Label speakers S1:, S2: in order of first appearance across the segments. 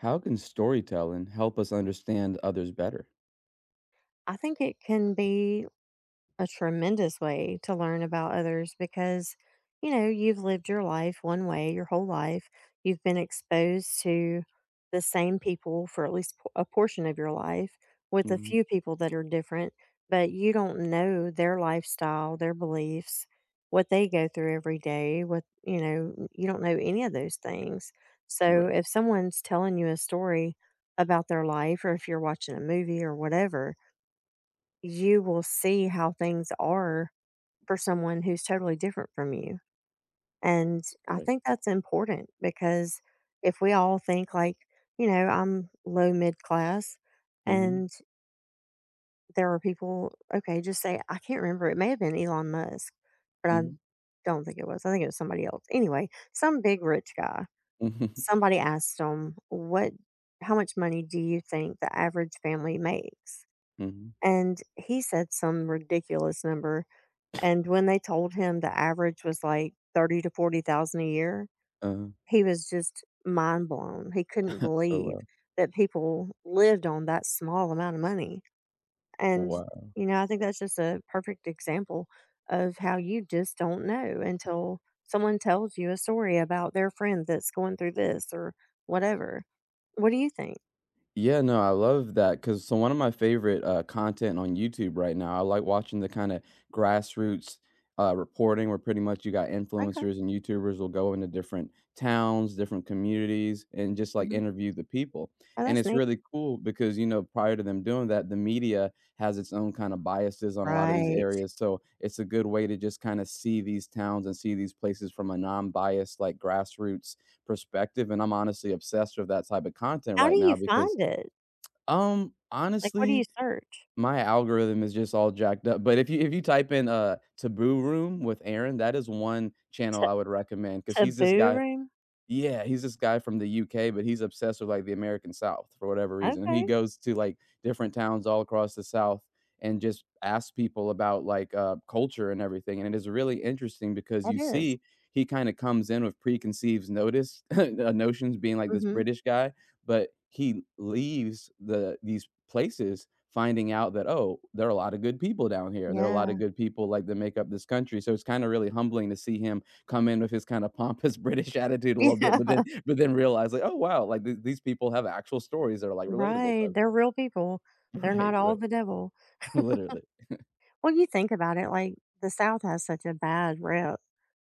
S1: How can storytelling help us understand others better?
S2: I think it can be a tremendous way to learn about others because, you know, you've lived your life one way your whole life. You've been exposed to the same people for at least a portion of your life with a
S1: Mhm.
S2: few people that are different, but you don't know their lifestyle, their beliefs, what they go through every day, what, you don't know any of those things. So
S1: Right,
S2: if someone's telling you a story about their life or if you're watching a movie or whatever, you will see how things are for someone who's totally different from you. And I
S1: right.
S2: think that's important because if we all think like, I'm low mid class
S1: Mhm,
S2: and there are people, okay, just say, I can't remember. It may have been Elon Musk, but I
S1: mhm,
S2: don't think it was. I think it was somebody else. Anyway, some big rich guy,
S1: mhm,
S2: somebody asked him, what, how much money do you think the average family makes?
S1: mhm,
S2: And he said some ridiculous number. And when they told him the average was like 30 to 40,000 a year,
S1: uh-huh.
S2: he was just mind blown. He couldn't
S1: Oh,
S2: believe
S1: wow.
S2: that people lived on that small amount of money. And,
S1: Wow.
S2: you know, I think that's just a perfect example of how you just don't know until someone tells you a story about their friend that's going through this or whatever. What do you think?
S1: Yeah, no, I love that because so one of my favorite, content on YouTube right now, I like watching the kinda grassroots, reporting where pretty much you got
S2: Okay.
S1: influencers and YouTubers will go into different towns, different communities, and just, like,
S2: Hmm.
S1: interview the people,
S2: Oh,
S1: and
S2: that's
S1: it's
S2: neat.
S1: really cool because, you know, prior to them doing that, the media has its own kinda biases on a lot of these
S2: Right.
S1: areas, so it's a good way to just kinda see these towns and see these places from a non-biased, like, grassroots perspective, and I'm honestly obsessed with that type of content
S2: How do
S1: right now
S2: you
S1: because
S2: find it? Like, what do you
S1: honestly,
S2: search?
S1: my algorithm is just all jacked up, but if you type in, "Taboo Room with Aaron," that is one channel
S2: T-
S1: I would recommend because
S2: Taboo room?
S1: he's this guy from the UK, but he's obsessed with, like, the American South for whatever reason, and he
S2: Okay.
S1: goes to, like, different towns all across the South and just asks people about, like, culture and everything, and it is really interesting because
S2: That
S1: you
S2: is.
S1: see he kinda comes in with preconceived notice notions being, like, this
S2: Mhm.
S1: British guy, but he leaves these places finding out that, "Oh, there are a lot of good people down here, and there are a lot of
S2: Yeah.
S1: good people, like, that make up this country," so it's kinda really humbling to see him come in with his kind of pompous British attitude a little bit, but
S2: Yeah.
S1: then but then realize like, "Oh, wow, like, th these people have actual stories that are, like, relatable,"
S2: Right,
S1: type of
S2: they're
S1: thing.
S2: real people. They're
S1: Right,
S2: not all
S1: right.
S2: the devil.
S1: Literally.
S2: Well, you think about it, like, the South has such a bad rep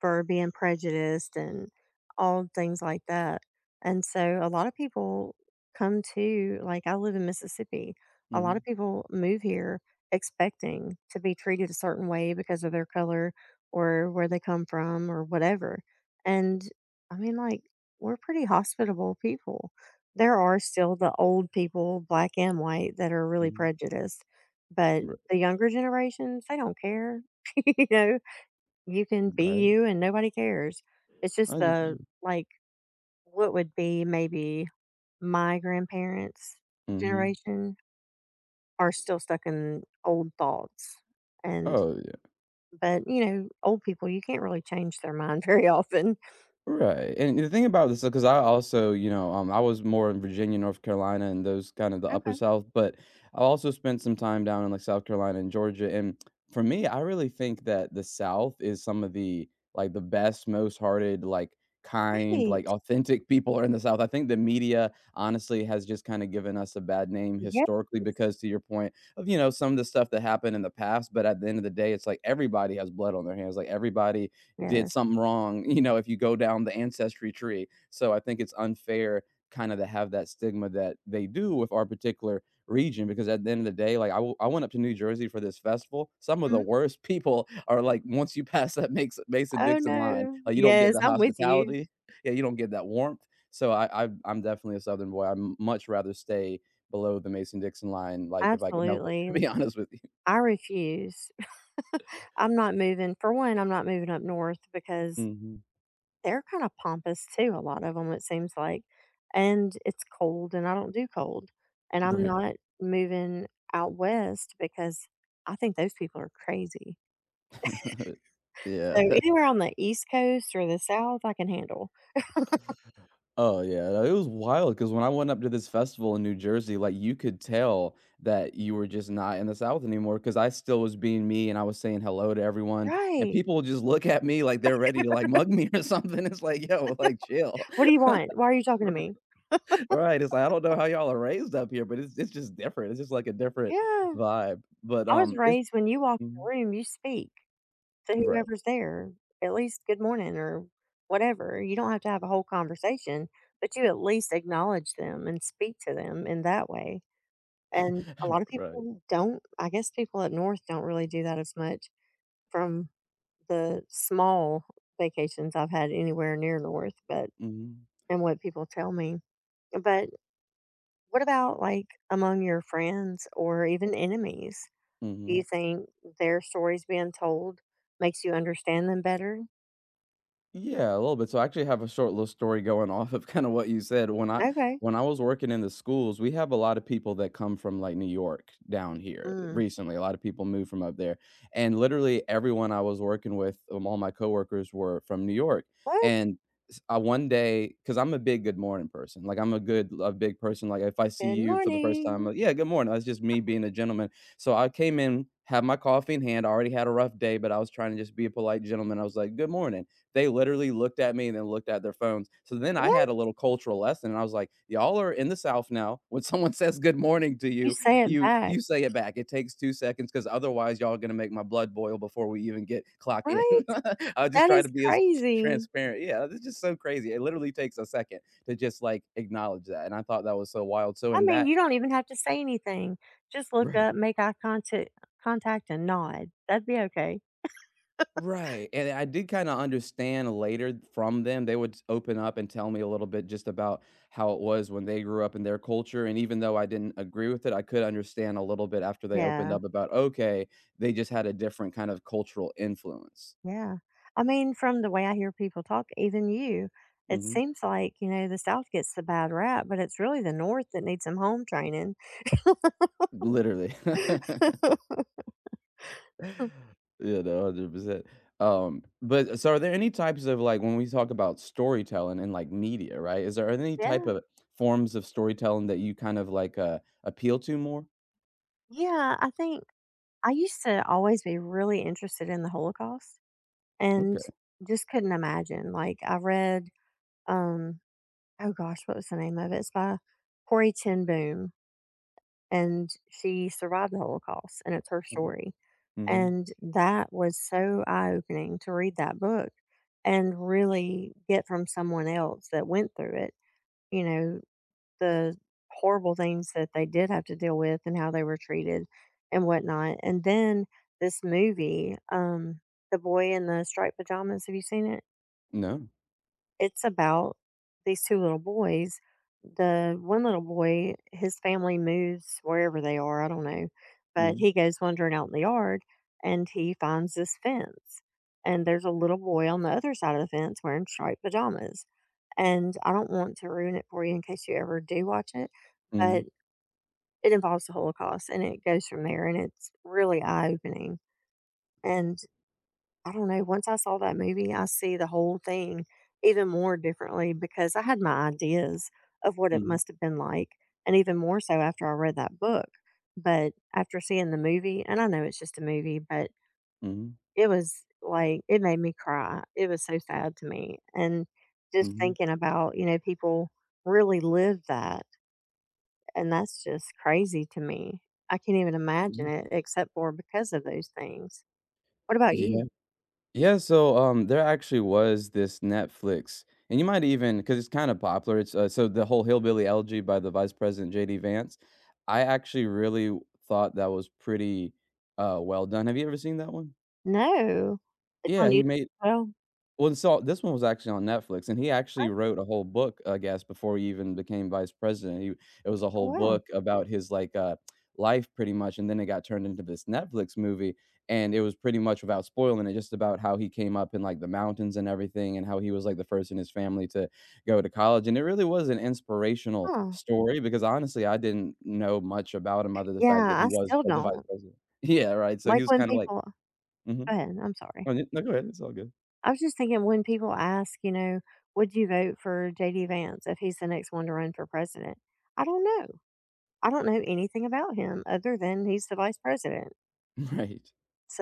S2: for being prejudiced and all things like that. And so a lot of people come to, like, I live in Mississippi. A lot of
S1: Mhm,
S2: people move here expecting to be treated a certain way because of their color or where they come from or whatever. And I mean, like, we're pretty hospitable people. There are still the old people, black and white, that are really
S1: mhm.
S2: prejudiced, but
S1: Ri
S2: the younger generations, they don't care. You know, you can be
S1: Right.
S2: you and nobody cares. It's just the,
S1: 100%.
S2: like, what would be maybe my grandparents'
S1: Mhm.
S2: generation are still stuck in old thoughts. And,
S1: Oh, yeah.
S2: but you know, old people, you can't really change their mind very often.
S1: Right, and the thing about this because I also, you know, I was more in Virginia, North Carolina, and those kind of the upper
S2: Okay.
S1: South, but I also spent some time down in like South Carolina and Georgia. And for me, I really think that the South is some of the like the best, most hearted, like kind,
S2: Right.
S1: like authentic people are in the South. I think the media honestly has just kind of given us a bad name
S2: Yes.
S1: historically because to your point of, you know, some of the stuff that happened in the past, but at the end of the day, it's like everybody has blood on their hands. Like everybody did
S2: Yes.
S1: something wrong, you know, if you go down the ancestry tree. So I think it's unfair kind of to have that stigma that they do with our particular region because at the end of the day like I went up to New Jersey for this festival. Some of the
S2: Mhm.
S1: worst people are like once you pass that makes Mason
S2: Oh,
S1: Dixon line,
S2: no.
S1: like, you don't get
S2: Yes.
S1: the
S2: I'm with you.
S1: hospitality. Yeah, you don't get that warmth, so I'm definitely a southern boy. I'd much rather stay below the Mason Dixon line like if I can help it to
S2: Absolutely.
S1: be honest with you.
S2: I refuse. I'm not moving. For one, I'm not moving up north because
S1: Hmm,
S2: they're kinda pompous too, a lot of them, it seems like, and it's cold, and I don't do cold, and I'm
S1: right.
S2: not moving out west because I think those people are crazy.
S1: Yeah.
S2: So, anywhere on the East Coast or the South, I can handle.
S1: Oh yeah, it was wild because when I went up to this festival in New Jersey, like, you could tell that you were just not in the South anymore. Because I still was being me and I was saying hello to everyone, and
S2: Right.
S1: people would just look at me like they're ready to, like, mug me or something. It's like, "Yo, like, chill."
S2: "What do you want? Why are you talking to me?"
S1: Right? It's like, I don't know how y'all are raised up here, but it's just different. It's just like a different
S2: Yeah.
S1: vibe. But,
S2: I was
S1: it's
S2: raised when you walk in
S1: Mhm.
S2: the room, you speak to
S1: Right,
S2: whoever's there, at least good morning or whatever. You don't have to have a whole conversation, but you at least acknowledge them and speak to them in that way. And a lot of
S1: right.
S2: people don't. I guess people up north don't really do that as much from the small vacations I've had anywhere near north, but
S1: Mhm,
S2: and what people tell me. But what about, like, among your friends or even enemies? Do you
S1: mhm.
S2: think their stories being told makes you understand them better?
S1: Yeah, a little bit. So I actually have a short little story going off of kind of what you said.
S2: Okay.
S1: When I was working in the schools, we have a lot of people that come from like New York down here
S2: Mm.
S1: recently. A lot of people moved from up there. And literally everyone I was working with, all my coworkers were from New York.
S2: "What?
S1: And I one day, because I'm a big good morning person. Like I'm a big person. Like if I see
S2: Good
S1: you for the first time,
S2: morning.
S1: like, yeah, good morning. That's just me being a gentleman. So I came in, had my coffee in hand. I already had a rough day, but I was trying to just be a polite gentleman. I was like, good morning. They literally looked at me and then looked at their phones. So then I had
S2: What?"
S1: a little cultural lesson, and I was like, "Y'all are in the South now. When someone says good morning to
S2: You
S1: you,
S2: say it
S1: you
S2: back.
S1: you say it back. It takes 2 seconds because otherwise y'all are gonna make my blood boil before we even get clock in."
S2: Right?
S1: I just
S2: That
S1: try
S2: is
S1: to be as
S2: crazy.
S1: transparent. Yeah, it's just so crazy. It literally takes a second to just like acknowledge that, and I thought that was so wild. So
S2: I
S1: in
S2: mean,
S1: that
S2: you don't even have to say anything. Just look
S1: right.
S2: up, make eye contact and nod. That'd be okay.
S1: Right, and I did kinda understand later from them, they would open up and tell me a little bit just about how it was when they grew up in their culture, and even though I didn't agree with it, I could understand a little bit after they opened
S2: Yeah.
S1: up about, okay, they just had a different kind of cultural influence.
S2: Yeah. I mean, from the way I hear people talk, even you, it
S1: Mhm.
S2: seems like, you know, the South gets the bad rap, but it's really the North that needs some home training.
S1: Literally. Yeah, no, 100%. But so are there any types of, like, when we talk about storytelling and, like, media, right, is there any type
S2: Yeah.
S1: of forms of storytelling that you kind of, like, appeal to more?
S2: Yeah. I think I used to always be really interested in the Holocaust and
S1: Okay.
S2: just couldn't imagine. Like I read um oh gosh, what was the name of it? It's by Corey Ten Boom and she survived the Holocaust, and it's her
S1: Mm,
S2: story.
S1: mhm.
S2: And that was so eye-opening to read that book and really get from someone else that went through it, you know, the horrible things that they did have to deal with and how they were treated and whatnot. And then this movie, The Boy in the Striped Pajamas, have you seen it?
S1: No.
S2: It's about these two little boys. The one little boy, his family moves wherever they are, I don't know, but
S1: Mhm,
S2: he goes wandering out in the yard and he finds this fence, and there's a little boy on the other side of the fence wearing striped pajamas, and I don't want to ruin it for you in case you ever do watch it,
S1: mhm,
S2: but it involves the Holocaust, and it goes from there, and it's really eye-opening, and I don't know, once I saw that movie, I see the whole thing even more differently because I had my ideas of what it
S1: mhm,
S2: must have been like, and even more so after I read that book. But after seeing the movie, and I know it's just a movie, but
S1: mhm,
S2: it was like, it made me cry. It was so sad to me. And just
S1: mhm,
S2: thinking about, you know, people really live that, and that's just crazy to me. I can't even imagine
S1: mhm.
S2: it except for because of those things. What about
S1: Yeah.
S2: you?
S1: Yeah, so, there actually was this Netflix and you might even because it's kinda popular, so the whole Hillbilly Elegy by the Vice President J.D. Vance, I actually really thought that was pretty, well done. Have you ever seen that one?
S2: No. It's
S1: Yeah,
S2: on you,
S1: he made.
S2: well,
S1: Well, and so this one was actually on Netflix, and he actually
S2: oh,
S1: wrote a whole book, I guess, before he even became vice president. He It was a
S2: oh,
S1: whole
S2: wow,
S1: book about his, like, life pretty much, and then it got turned into this Netflix movie, and it was pretty much without spoiling it, just about how he came up in, like, the mountains and everything, and how he was, like, the first in his family to go to college, and it really was an inspirational
S2: huh.
S1: story because, honestly, I didn't know much about him other than the fact that
S2: Yeah,
S1: he
S2: I
S1: was,
S2: still
S1: like, the vice
S2: don't.
S1: president. Yeah, right, so he
S2: Like,
S1: was
S2: when
S1: kinda like
S2: people go
S1: mhm.
S2: ahead, I'm sorry.
S1: Oh, yeah, no, go ahead, it's all good.
S2: I was just thinking when people ask, you know, "Would you vote for JD Vance if he's the next one to run for president?" I don't know. I don't know anything about him other than he's the vice president.
S1: Right.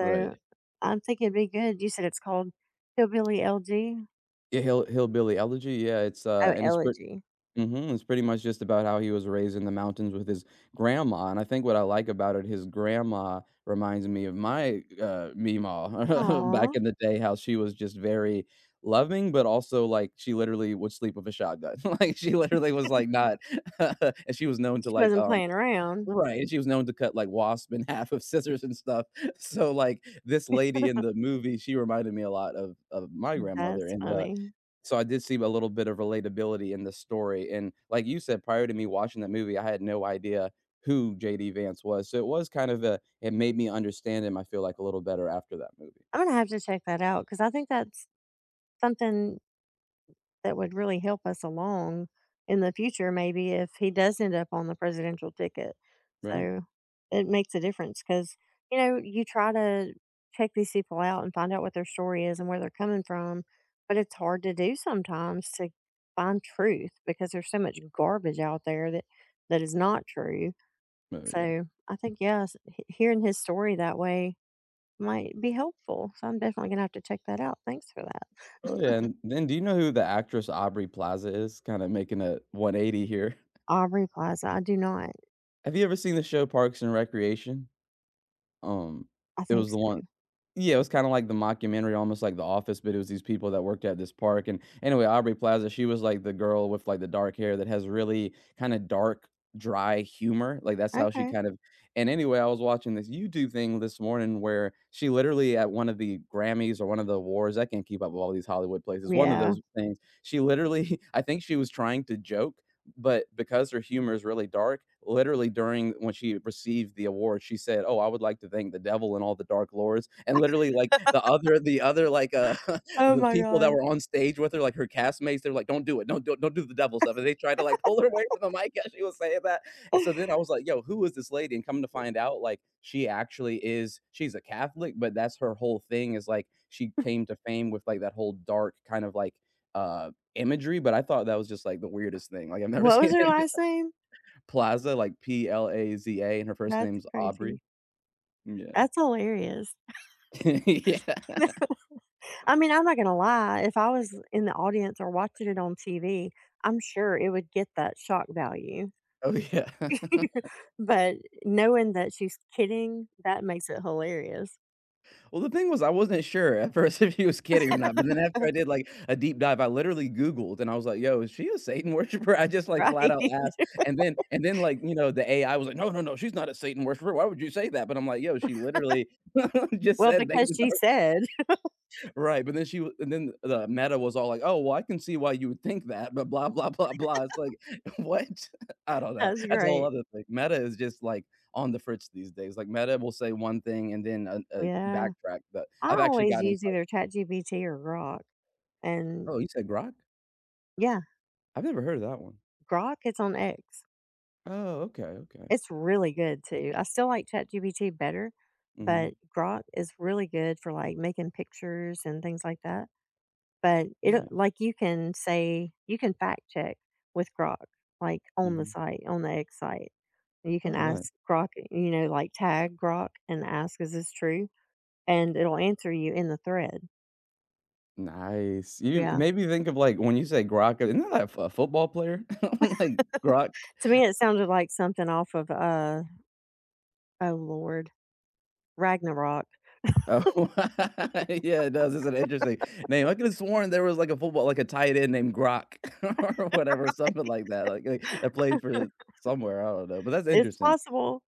S1: Right.
S2: I'm thinking it'd be good. You said it's called Hillbilly LG?
S1: Yeah, hillbilly elegy, yeah,
S2: Oh,
S1: and it's pretty.
S2: Elegy.
S1: Mhm, it's pretty much just about how he was raised in the mountains with his grandma, and I think what I like about it, his grandma reminds me of my, Meemaw back
S2: Aw,
S1: in the day, how she was just very loving, but also, like, she literally would sleep with a shotgun. Like, she literally was, like, not and she was known to,
S2: she
S1: like,
S2: wasn't playing around.
S1: right, and she was known to cut, like, wasp in half with scissors and stuff. So, like, this lady in the movie, she reminded me a lot of my
S2: That's
S1: grandmother,
S2: funny.
S1: so I did see a little bit of relatability in the story, and like you said, prior to me watching that movie, I had no idea who JD Vance was, so it was kind of a it made me understand him, I feel like, a little better after that movie.
S2: I'm gonna have to check that out because I think that's something that would really help us along in the future, maybe if he does end up on the presidential ticket.
S1: Right.
S2: So it makes a difference because, you know, you try to check these people out and find out what their story is and where they're coming from, but it's hard to do sometimes to find truth because there's so much garbage out there that that is not true.
S1: Oh, yeah.
S2: So I think yes, hearing his story that way might be helpful. So I'm definitely gonna have to check that out. Thanks for that.
S1: Oh, yeah, and then do you know who the actress Aubrey Plaza is? Kinda making a 180 here.
S2: Aubrey Plaza, I do not.
S1: Have you ever seen the show Parks and Recreation? Um,
S2: I
S1: it
S2: think
S1: was the one.
S2: so.
S1: Yeah, it was kinda like the mockumentary, almost like The Office, but it was these people that worked at this park, and anyway, Aubrey Plaza, she was, like, the girl with, like, the dark hair that has really kinda dark, dry humor, like, that's how she
S2: Okay.
S1: kind of and anyway, I was watching this YouTube thing this morning where she literally at one of the Grammys or one of the awards— I can't keep up with all these Hollywood places— one of
S2: Yeah.
S1: those things, she literally I think she was trying to joke, but because her humor is really dark, literally during when she received the award, she said, "Oh, I would like to thank the devil and all the dark lords," and literally, like, the other, like,
S2: Oh
S1: the
S2: my
S1: people that
S2: god.
S1: were on stage with her, like, her castmates, they are like, "Don't do it. Don't do the devil stuff," and they tried to, like, pull her away from the mic as she was saying that, and so then I was like, "Yo, who is this lady?" and come to find out, like, she actually is she's a Catholic, but that's her whole thing is, like, she came to fame with, like, that whole dark kind of, like, uh imagery, but I thought that was just, like, the weirdest thing, like, I've never
S2: What was
S1: seen
S2: her
S1: anything
S2: last name?
S1: Plaza, like, Plaza, and her first
S2: That's
S1: name's Aubrey.
S2: crazy.
S1: Yeah.
S2: That's hilarious.
S1: Yeah.
S2: I mean, I'm not gonna lie, if I was in the audience or watching it on TV, I'm sure it would get that shock value.
S1: Oh, yeah.
S2: But knowing that she's kidding, that makes it hilarious,
S1: Well, the thing was I wasn't sure at first if he was kidding or not, but then after I did, like, a deep dive, I literally Googled, and I was like, "Yo, is she a Satan worshiper?" I just, like, flat
S2: right?
S1: out asked, and then, like, you know, the AI was like, "No, no, no, she's not a Satan worshiper. Why would you say that?" But I'm like, "Yo, she literally just
S2: Well,
S1: said thank
S2: because she
S1: the
S2: said.
S1: Right, but then she w and then the meta was all like, "Oh, well, I can see why you would think that, but blah, blah, blah, blah." It's like, what? I don't know.
S2: That's
S1: That's a whole
S2: great.
S1: other thing. Meta is just, like, on the fritz these days. Like, meta will say one thing and then,
S2: Yeah.
S1: backtrack, but
S2: I
S1: I've actually
S2: always
S1: gotten into
S2: use
S1: like,
S2: either ChatGPT or Grok. And
S1: "Oh, you said grok?
S2: yeah,
S1: I've never heard of that one."
S2: Grok, it's on X.
S1: Oh, okay, okay.
S2: It's really good too. I still like ChatGPT better,
S1: Mhm.
S2: but Grok is really good for like making pictures and things like that. But it
S1: Nice.
S2: like you can say you can fact check with Grok, like on the
S1: Mhm.
S2: site, on the X site. You
S1: Oh,
S2: can
S1: nice.
S2: ask Grok, you know, like tag Grok and ask, is this true? And it'll answer you in the thread.
S1: Nice. You
S2: Yeah.
S1: made me think of, like, when you say grok, isn't that a football player? Like, grok.
S2: To me it sounded like something off of uh oh Lord, Ragnarok.
S1: Oh, yeah, it does, it's an interesting name. I could have sworn there was, like, a football like, a tight end named Grok or whatever, something like that played for somewhere, I don't know, but that's
S2: It's
S1: interesting.
S2: possible.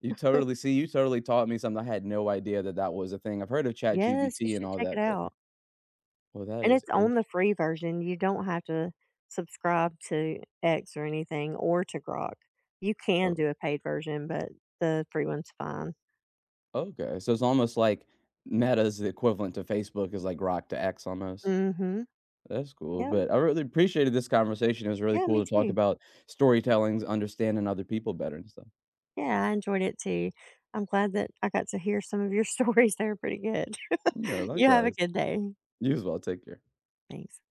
S1: You totally taught me something. I had no idea that that was a thing. I've heard of
S2: Yes, you
S1: ChatGPT and
S2: should
S1: all
S2: check it
S1: that, but
S2: out.
S1: well, that
S2: And
S1: is
S2: it's on the
S1: interesting.
S2: free version, you don't have to subscribe to X or anything or to Grok. You can
S1: Oh,
S2: do a paid version, but the free one's fine.
S1: okay, so it's almost like Meta's the equivalent to Facebook is like Grok to X almost.
S2: Mhm.
S1: That's cool,
S2: Yep.
S1: but I really appreciated this conversation, it was really
S2: Yeah, me
S1: cool to talk
S2: too.
S1: about storytellings, understanding other people better and stuff.
S2: Yeah, I enjoyed it too. I'm glad that I got to hear some of your stories. They are pretty good.
S1: Yeah,
S2: You have a
S1: likewise.
S2: good day.
S1: You as well. Take care.
S2: Thanks.